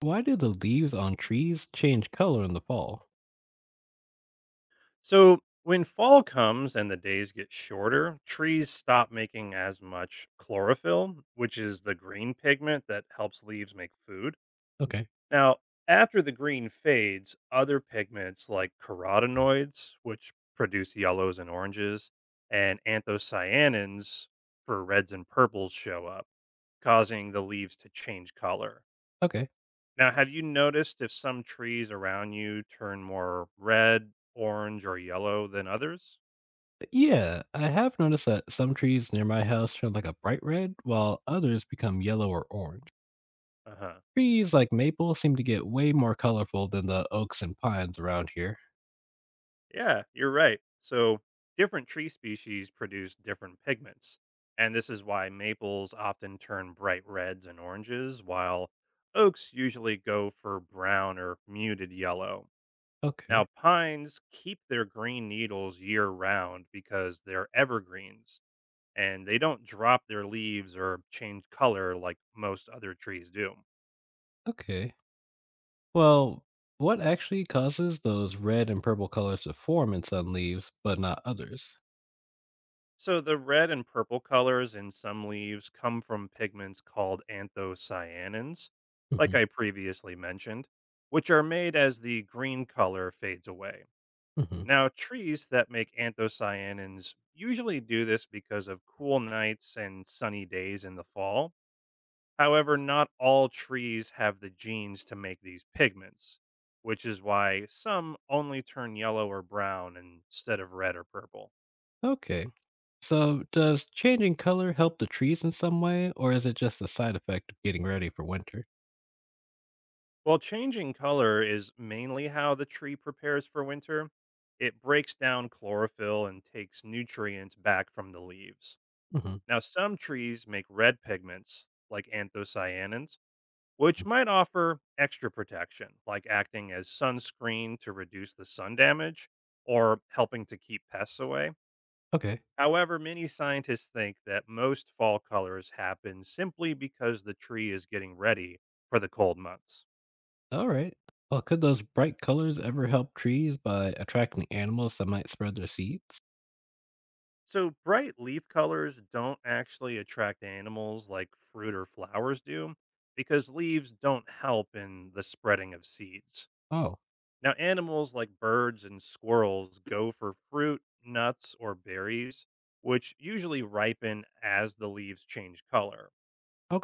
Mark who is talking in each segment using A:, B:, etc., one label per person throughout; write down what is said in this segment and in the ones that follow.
A: Why do the leaves on trees change color in the fall?
B: So when fall comes and the days get shorter, trees stop making as much chlorophyll, which is the green pigment that helps leaves make food.
A: Okay.
B: Now, after the green fades, other pigments like carotenoids, which produce yellows and oranges, and anthocyanins for reds and purples show up, causing the leaves to change color.
A: Okay.
B: Now, have you noticed if some trees around you turn more red, orange, or yellow than others?
A: Yeah, I have noticed that some trees near my house turn like a bright red, while others become yellow or orange.
B: Uh huh.
A: Trees like maple seem to get way more colorful than the oaks and pines around here.
B: Yeah, you're right. So, different tree species produce different pigments. And this is why maples often turn bright reds and oranges, while oaks usually go for brown or muted yellow. Now,
A: Okay.
B: pines keep their green needles year round because they're evergreens and they don't drop their leaves or change color like most other trees do.
A: Okay. Well, what actually causes those red and purple colors to form in some leaves, but not others?
B: So the red and purple colors in some leaves come from pigments called anthocyanins, like
A: Hmm.
B: I previously mentioned, which are made as the green color fades away.
A: Hmm.
B: Now, trees that make anthocyanins usually do this because of cool nights and sunny days in the fall. However, not all trees have the genes to make these pigments, which is why some only turn yellow or brown instead of red or purple.
A: Okay. So, does changing color help the trees in some way, or is it just a side effect of getting ready for winter?
B: While changing color is mainly how the tree prepares for winter, it breaks down chlorophyll and takes nutrients back from the leaves.
A: Hmm.
B: Now, some trees make red pigments, like anthocyanins, which might offer extra protection, like acting as sunscreen to reduce the sun damage or helping to keep pests away.
A: Okay.
B: However, many scientists think that most fall colors happen simply because the tree is getting ready for the cold months.
A: All right. Well, could those bright colors ever help trees by attracting animals that might spread their seeds?
B: So bright leaf colors don't actually attract animals like fruit or flowers do because leaves don't help in the spreading of seeds.
A: Oh,
B: Now, animals like birds and squirrels go for fruit, nuts, or berries, which usually ripen as the leaves change color.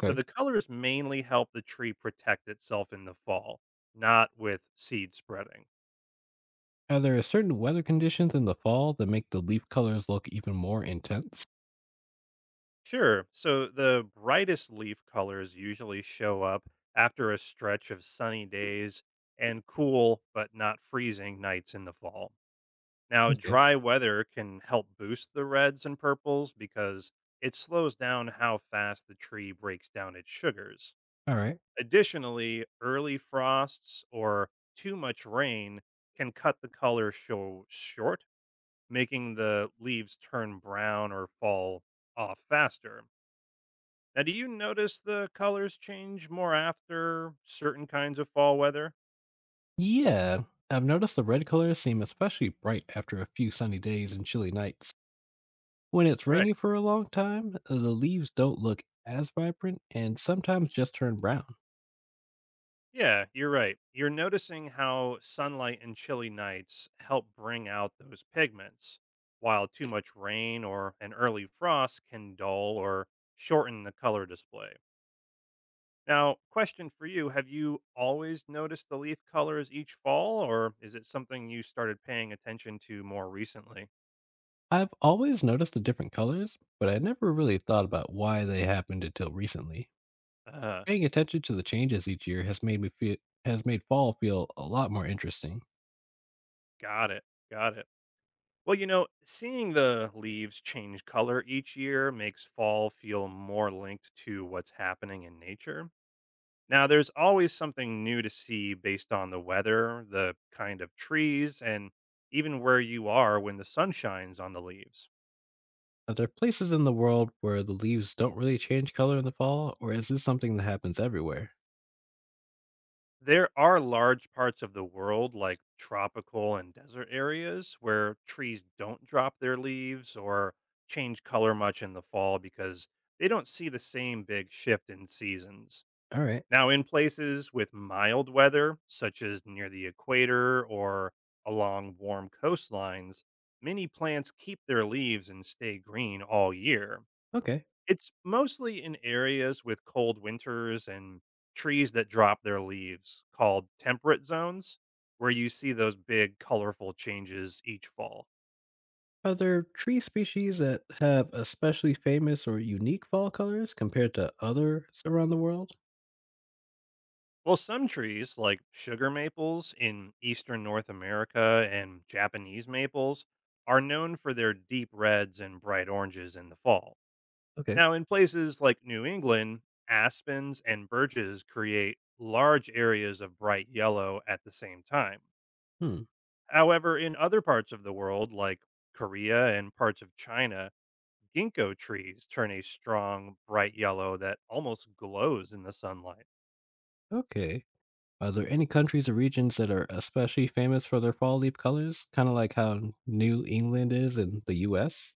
B: So the colors mainly help the tree protect itself in the fall, not with seed spreading.
A: Are there certain weather conditions in the fall that make the leaf colors look even more intense?
B: Sure. So the brightest leaf colors usually show up after a stretch of sunny days and cool but not freezing nights in the fall. Now,
A: Okay.
B: dry weather can help boost the reds and purples because it slows down how fast the tree breaks down its sugars.
A: All right.
B: Additionally, early frosts or too much rain can cut the color show short, making the leaves turn brown or fall off faster. Now, do you notice the colors change more after certain kinds of fall weather?
A: Yeah. I've noticed the red colors seem especially bright after a few sunny days and chilly nights. When it's
B: Right.
A: rainy for a long time, the leaves don't look as vibrant and sometimes just turn brown.
B: Yeah, you're right. You're noticing how sunlight and chilly nights help bring out those pigments, while too much rain or an early frost can dull or shorten the color display. Now, question for you. Have you always noticed the leaf colors each fall, or is it something you started paying attention to more recently?
A: I've always noticed the different colors, but I never really thought about why they happened until recently.
B: Uh,
A: Paying attention to the changes each year has made fall feel a lot more interesting.
B: got it. Got it. Well, you know, seeing the leaves change color each year makes fall feel more linked to what's happening in nature. Now, there's always something new to see based on the weather, the kind of trees, and even where you are when the sun shines on the leaves.
A: Are there places in the world where the leaves don't really change color in the fall, or is this something that happens everywhere?
B: There are large parts of the world, like tropical and desert areas, where trees don't drop their leaves or change color much in the fall because they don't see the same big shift in seasons.
A: All right.
B: Now, in places with mild weather, such as near the equator or along warm coastlines, many plants keep their leaves and stay green all year.
A: Okay.
B: It's mostly in areas with cold winters and trees that drop their leaves, called temperate zones, where you see those big, colorful changes each fall.
A: Are there tree species that have especially famous or unique fall colors compared to others around the world?
B: Well, some trees, like sugar maples in eastern North America and Japanese maples, are known for their deep reds and bright oranges in the fall.
A: Okay.
B: Now, in places like New England, aspens and birches create large areas of bright yellow at the same time.
A: Hmm.
B: However, in other parts of the world, like Korea and parts of China, ginkgo trees turn a strong, bright yellow that almost glows in the sunlight.
A: Okay. Are there any countries or regions that are especially famous for their fall leaf colors? Kind of like how New England is in the US?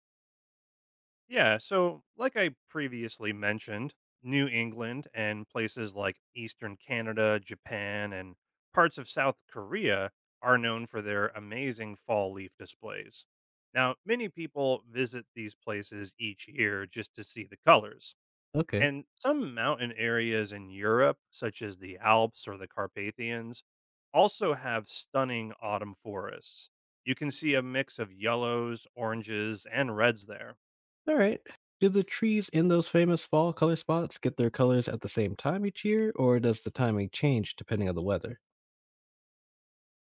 B: Yeah, so like I previously mentioned, New England and places like Eastern Canada, Japan, and parts of South Korea are known for their amazing fall leaf displays. Now, many people visit these places each year just to see the colors.
A: Okay.
B: And some mountain areas in Europe, such as the Alps or the Carpathians, also have stunning autumn forests. You can see a mix of yellows, oranges, and reds there.
A: All right. Do the trees in those famous fall color spots get their colors at the same time each year, or does the timing change depending on the weather?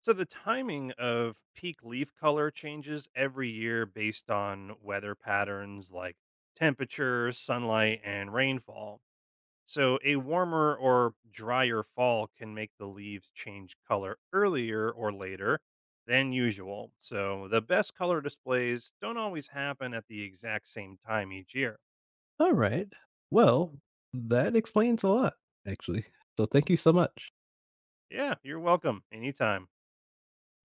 B: So the timing of peak leaf color changes every year based on weather patterns like temperature, sunlight, and rainfall. So a warmer or drier fall can make the leaves change color earlier or later than usual. So the best color displays don't always happen at the exact same time each year.
A: All right. Well, that explains a lot, actually. So thank you so much.
B: Yeah, you're welcome anytime.